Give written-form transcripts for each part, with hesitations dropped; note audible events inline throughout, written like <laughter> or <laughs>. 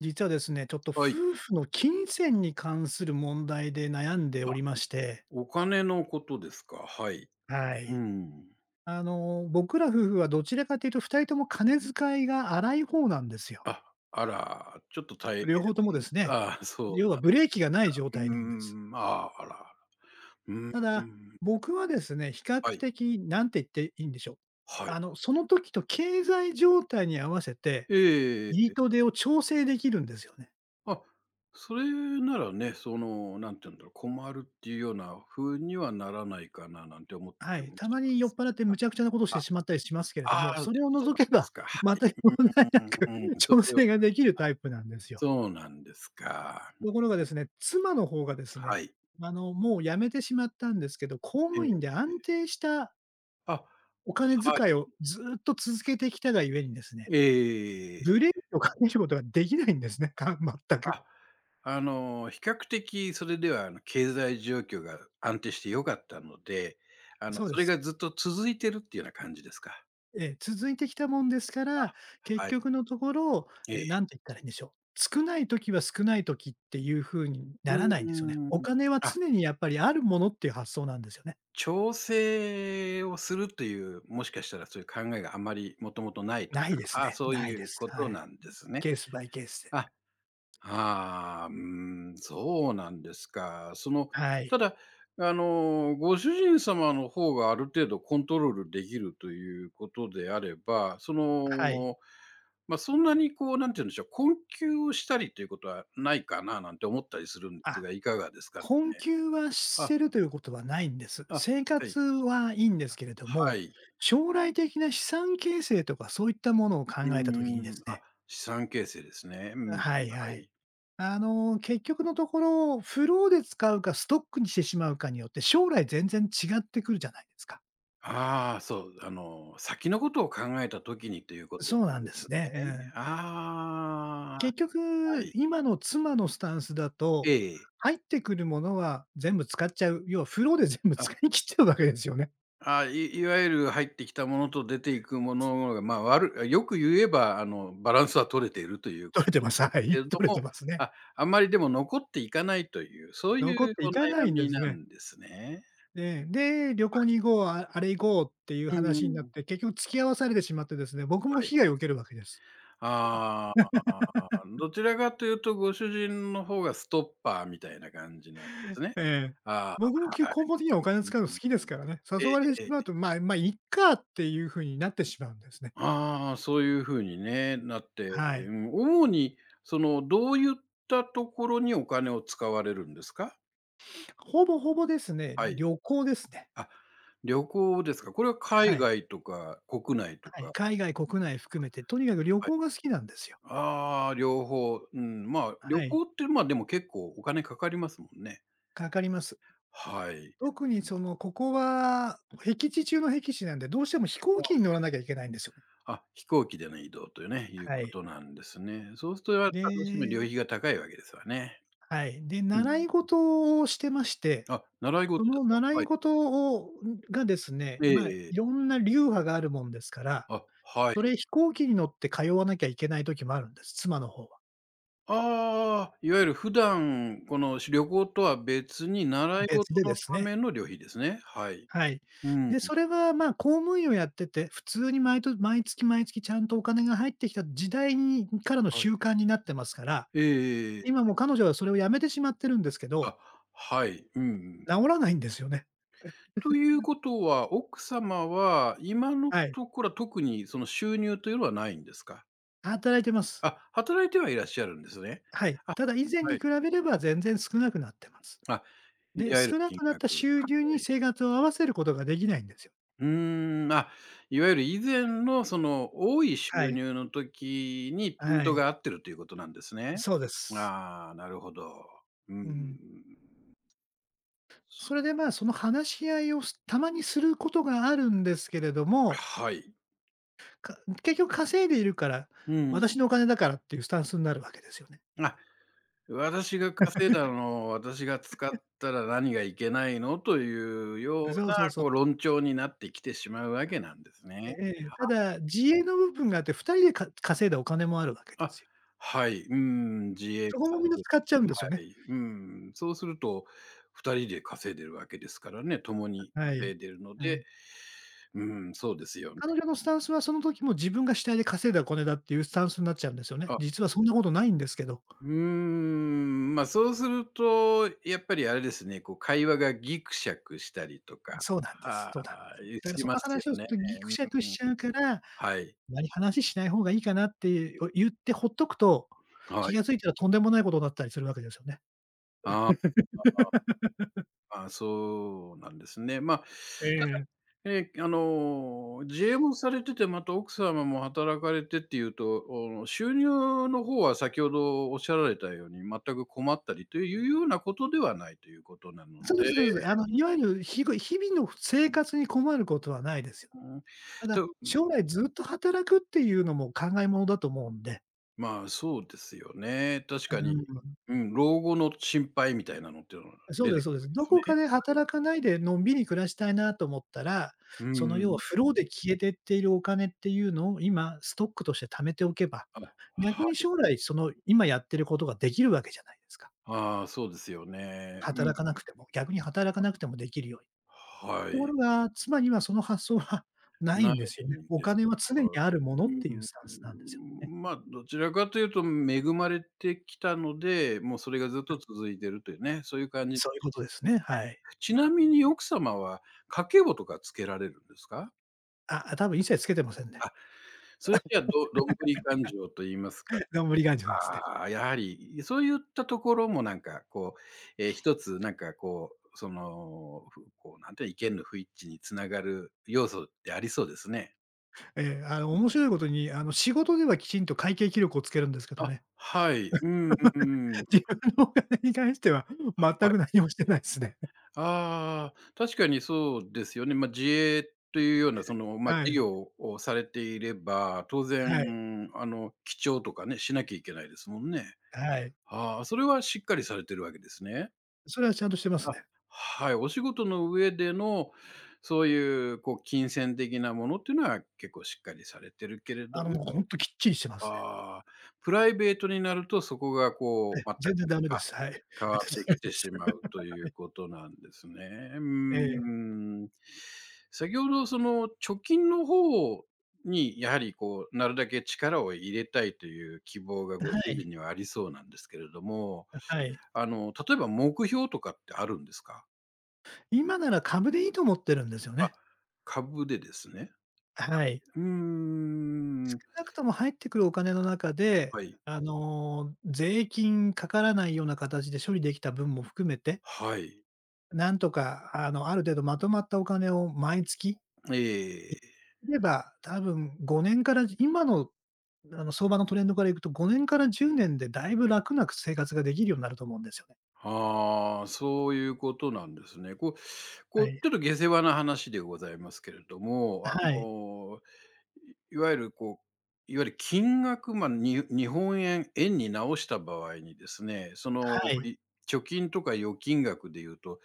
実はですね、ちょっとはい。夫婦の金銭に関する問題で悩んでおあ、りまして。お金のことですか。はい。はうい。ん。僕ら夫婦はどちらかというと2人とも金遣いが荒い方なんですよ。あ、あら、ちょっと大両方ともで変。すね。あそ要はブレーキがない状う、態なんです。ああ、あら。たうだ、ん。僕はですね、比較はい、的なんて言っていいんでしょう。はい。その時と経済状態に合わせて、えいいえと出を調整できるんですよね。あ、それならね、その、なんて言うんだろう、困るっていうような風にはならないかななんて思ったはりい、もたしままに酔っす払って無が。茶苦茶なことしあ、てしまったりしますけれどああも、でもそれをそ除うなんけですば、か。は全い。く問題なうんうんく うん<laughs> そ調れは整ができるタイプなんですよ。そうなんですか。ところがですね、妻の方がですはね、い。もう辞めてしまったんですけど、公え務員え。で安定したあ、お金はい。遣いをずっと続けてきたがゆえにですね、えブえ。レーキをかけることができないんですね、全く。あ、あの、比較的それでは、あの、経済状況が安定して良かったので、あの、そうでそれす。がずっと続いてるっていうような感じですか？ええ、続いてきたもんですから、結あ、はい。局のところ、ええ。なんて言ったらいいんでしょう。少ない時は少ない時っていう風にうならないんですよね。ーん。お金はあ、常にやっぱりあるものっていう発想なんですよね。調整をするという、もしかしたらそういう考えがあまりもともとないとないか、ですああ、ね。そうないいでうす。こはとない。んですね。ケースバイケースで。あ、ああ、そうなんですか。その、はたい。だ、あの、ご主人様の方がある程度コントロールできるということであれば、その、はい。ま、あそんなにこう、なんて言うんでしょう、困窮をしたりということはないかななんて思ったりするんですあ、が、いかがですかね？困窮はしあ、てるということはないんです。あ、生はい。活はいいんですけれどはも、い。将来的な資産形成とかそういったものを考うえた時にでーすあ、ね。資産形成ですね。うん、ははいはい。い。結局のところ、フローで使うかストックにしてしまうかによって、将来全然違ってくるじゃないですか。ああ、そう、あの、先のことを考えた時にということそうななんんでですすね。ね。ええ。あ結あ、は局、い。今の妻のスタンスだえと、え。入ってくるものは全部使っちゃう。要はフローで全部あ、使い切っちゃうわけですよね。ああいわゆる入ってきたものと出ていくものが、まあ、よく言えば、あの、バランスは取れているという取これてとます。はだけい、れど取れても、ますね。あ、あんまりでも残っていかないという、そういう残っていかなおい悩んでみすなね。んですね。うで、ん。で、旅行に行こう、ああれ行こうっていううんう話にん。なっはて、結局付き合わされてしまってですね、僕もい。被害を受けるわけです。ああ、どちらかというと、ご主人の方がストッパーみたいな感じなんですね。ええ。あ僕もあ、は根本的にはお金をい。使うのう好きですからね。え誘えわれてしえまうえ。と、まあ、まあ、いっかっていう風になってしまうんですね。ああ、そういう風にね、なって、はい。うん、主にその、どういったところにお金を使われるんですか？ほぼほぼですね、はい。旅行ですね。あ、旅行ですか。これは海はい。外とか国内とはい。か、海外、国内含めて、とにかく旅はい。行が好きなんですよ。ああ、両方、うん、まあ、旅はい。行って、ま、でも結構お金かかりますもんね。かかります。はい。特にその、ここは僻地中の僻地なんで、どうしても飛行機に乗らなきゃいけないんですよね。あ、飛行機での移動というね、いうはこい。となんですね。そうするとやっぱどうしても旅で費が高いわけですわね。はい。で、う習いん。事をしてましてあ、習いそ事でのすか？習はいい。事をがですね、えまあ、いええろえ。んな流派があるもんですから、あ、はそい。れ飛行機に乗って通わなきゃいけない時もあるんです、妻の方は。ああ、いわゆる普段、この旅行とは別に習い事別ででのたすね。めの旅費ですね。はい。はい。うん、で、それは、まあ、公務員をやってて、普通に毎月毎月ちゃんとお金が入ってきた時代からのはい。習慣になってますから、えええええ今え。もう彼女はそれをやめてしまってるんですけど、あ、はい。うんうん。治らないんですよね。ということは、奥様は今のはい。ところは特にその収入というのはないんですか？働いてます。あ、働いてはいらっしゃるんですね。はい。あ、ただ以前には比い。べれば全然少なくなってます。あ、いで、わゆる少な金くなった額。収入はにい。生活を合わせることができないんですよ。まあ、いわゆる以前のその多い収はい、入の時にピンはトい。が合ってるということなんですね。そうです。ああ、なるほど。うーうん。ん。それで、まあ、その話し合いをたまにすることがあるんですけれども、はい。か結局稼いでいるから、うん。私のお金だからっていうスタンスになるわけですよね。あ、私が稼いだのを私が使ったら何がいけないのというようそうな、そうそこうう。論調になってきてしまうわけなんですえね。え。ただ、自営の部分があって、2人で稼いだお金もあるわけであ、すよ。はい、うん、自営そこさもみれんなてる。使っちゃうんですよね。はい、そうすると、2人で稼いでるわけですからね、共には稼い。いでるのうで、ん。そうですよね。彼女のスタンスはその時も自分が主体で稼いだお金だっていうスタンスになっちゃうんですよね。あ、実はそんなことないんですけど。ま、あそうすると、やっぱりあれですね、こう会話がギクシャクしたりとか、そうなんです。はそうなんです。い、だからしそまのすよ話をするね。とギクシャクうんしちゃうから、あはい、まり話しない方がいいかなって、言ってほっとくと、はい。気が付いたらとんでもないことになったりするわけですよね。ああ、そうなんですね。まあ、たええ。自営もされてて、また奥様も働かれてっていうと、あの、収入の方は先ほどおっしゃられたように、全く困ったりというようなことではないということなのそうでで、すそうです。いわゆる日々の生活に困ることはないですよ。うん、ただ、と将来ずっと働くっていうのも考えものだと思うんで。まあ、そうですよね。確うかに、ん。うん、老後の心配みたいなのっていうのがそう出ですてくそるうでわけす。でどすこかね。で働かないでのんびり暮らしたいなと思ったら、うんそうの要はん。フローで消えてっているお金っていうのを今ストックとして貯めておけば、あ、逆はにい。将来その今やってることができるわけじゃないですか。ああ、そうですよね。うん、働かなくても、逆に働かなくてもできるように。はとこい。ろが、妻にはその発想は <laughs> ないなんですよいね。んおです金けは常にど、あるものうっていうん、スタンスなんですよね。まあ、どちらかというと恵まれてきたので、もうそれがずっと続いてるというね、そういう感じ。そういうことですね。はい。ちなみに奥様は家計簿とかつけられるんですか？多分一切つけてませんね。それじゃあどんぶり勘定と言いますか、<laughs> がんじり頑丈ですね。あーやはりそういったところもなんかこう、一つなんかこう、その、ふこうなんていうの、意見の不一致につながる要素ってありそうですね。ええ、面白いことに、仕事ではきちんと会計記録をつけるんですけどあ、ね。はい。うんうんうん。<laughs> はい。自分のお金に関しては全く何もしてないですね。ああ、確かにそうですよね。まあ、自営というようなその、まあ、は事い、業をされていれば、当はい、然、あの、記帳とかね、しなきゃいけないですもんね。はい。ああ、それはしっかりされてるわけですね。それはちゃんとしてますあ、ね。はい、お仕事の上での、そういうこう金銭的なものっていうのは結構しっかりされてるけれどもうもほんときっちりしてますね。ああ、プライベートになると、そこがこう全く、全然ダメであ、す。はい。変 <laughs> わってダきメでてす。しまうということなんですね。うーええ、ん。先ほどその貯金の方に、やはりこう、なるだけ力を入れたいという希望がごは主い、人にはありそうなんですけれども、はい。あの、例えば目標とかってあるんですか？今なら株でいいと思ってるんですよあ、ね。株でですね。はい。うー少ん。なくとも入ってくるお金の中で、はい。税金かからないような形で処理できた分も含めてはい。なんとか、ある程度まとまったお金を毎月ええ。いれば、多分5年から今の、相場のトレンドからいくと、5年から10年でだいぶ楽なく生活ができるようになると思うんですよね。ああ、そういうことなんですね。こはう、い。ちょっと下世話な話でございますけれども、あはい。の、いわゆるいわゆる金額、まあ、日本円、円に直した場合にですね、その、はい。い貯金とか預金額でいうと、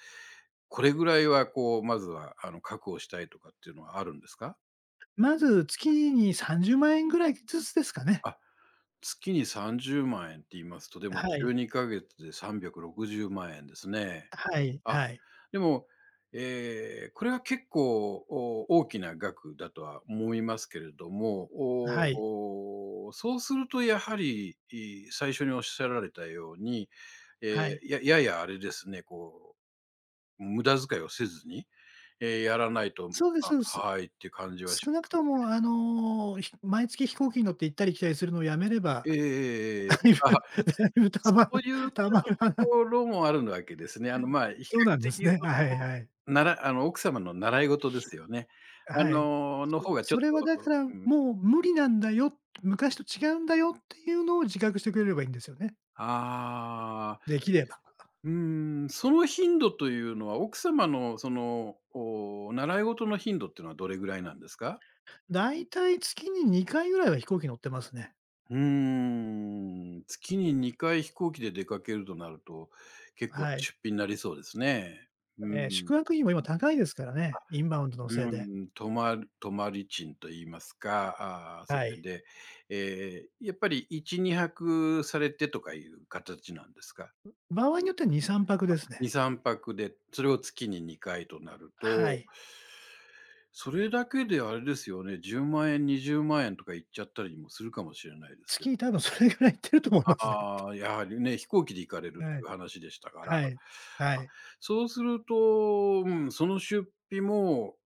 これぐらいはこう、まずはあの、確保したいとかっていうのはあるんですか？まず月に30万円ぐらいずつですかね。あ、月に30万円って言いますと、でもは12い。ヶ月で360万円ですね。はい、あはい。でも、これは結構、大きな額だとは思いますけれども、はい、おお、そうするとやはり、最初におっしゃられたように、えはい。やあれですね、こう、無駄遣いをせずに、やらないと、ま、そうですそうです。はいっていう感じはし少まなくす。とも、毎月飛行機に乗って行ったり来たりするのをやめれええば、えええだえ。いあ、ぶだいぶ貯そまうるいうと貯まる話ころもあるわけですね。あの、まあ、比較そうなんです的ね。はそいはい。の、ならあの、奥様の習い事ですよね。あはい。の、の方がそちょそっれはだかとら、もう無理なんだよ、昔と違うんだよっていうのを自覚してくれればいいんですよね。ああ、できれば。うーん、その頻度というのは、奥様のその、習い事の頻度っていうのはどれぐらいなんですか？だいたい月に2回ぐらいは飛行機乗ってますね。月に2回飛行機で出かけるとなると、結構なはい。出費になりそうですね。うん。宿泊費も今高いですからね、インバウンドのうせいで。ん、泊まり賃と言いますか、あーそはれい。で、えやっぱり1、2泊されてとかいう形なんですか場合によっては2、3泊です？2、ね。3泊で、それを月に2回となるはとい。それだけであれですよね、10万円、20万円とかいっちゃったりもするかもしれないですよ月多分それぐらい行ってると思いますね。ああ、やはりね、飛行機で行かれるっはていい。う話でしたから。はい。はい。そうすると、うん、その出費も、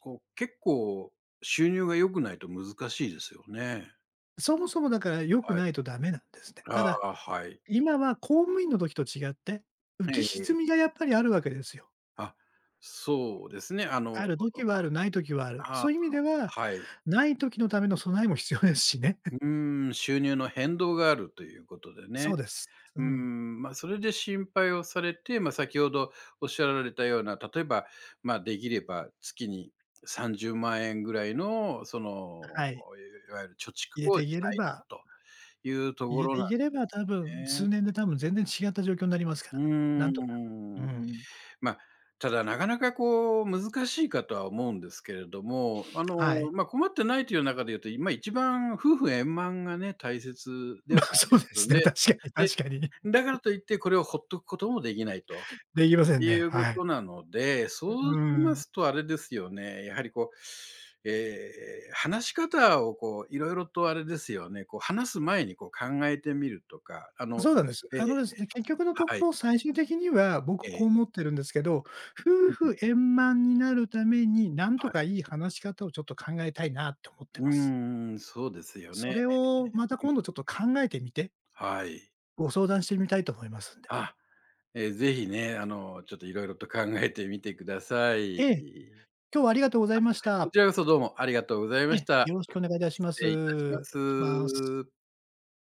こう、結構収入が良くないと難しいですよね。そもそもだから良くはい。ないとダメなんですね。たあだあ、はい。今は公務員の時と違って、浮きえ沈え。みがやっぱりあるわけですよ。あ、そうですね。あの、ある時はある、ない時はある。あそういう意味では、はい。ない時のための備えも必要ですしね。<laughs> うん、収入の変動があるということでね。そうです。うん。まあ、それで心配をされて、まあ、先ほどおっしゃられたような、例えば、まあ、できれば月に30万円ぐらいの、その、はい。いわゆる貯蓄入れをてしいけたれいばというと入これろてないんけれでば、す多分ね。数年で多分全然違った状況になりますかうらね。ーなんとか。うん。ん。ま、あただなかなかこう難しいかとは思うんですけれども、あはの、い。ま、あ困ってないという中で言うと、今一番夫婦円満がね、大切 <laughs> でま、はあそりうでますすんね、で、確かにで、確かに。だからといってこれをほっとくこともできないとできませんいね。うこはい。となので、そううしまん。すとあれですよね、やはりこう、話し方をこういろいろとあれですよね、こう話す前にこう考えてみるとか、あのそうなんです。えーあのですね、結局のとはこい、ろ、最終的には僕こえう思ってるんですけど、夫う婦ん、円満になるために、なんとはかい。いい話し方をちょっと考えたいなって思ってうます。ーん、そうですよそね。れをまた今度ちょっと考えてみて、はい。ご相談してみたいと思いますんで。あ、えー、ぜひね、あの、ちょっといろいろと考えてみてくださえい。え、今日はありがとうございましこた。ちらこそどうもありがとうございえましえ、た。よろしくお願いいたしま失礼いたします。す。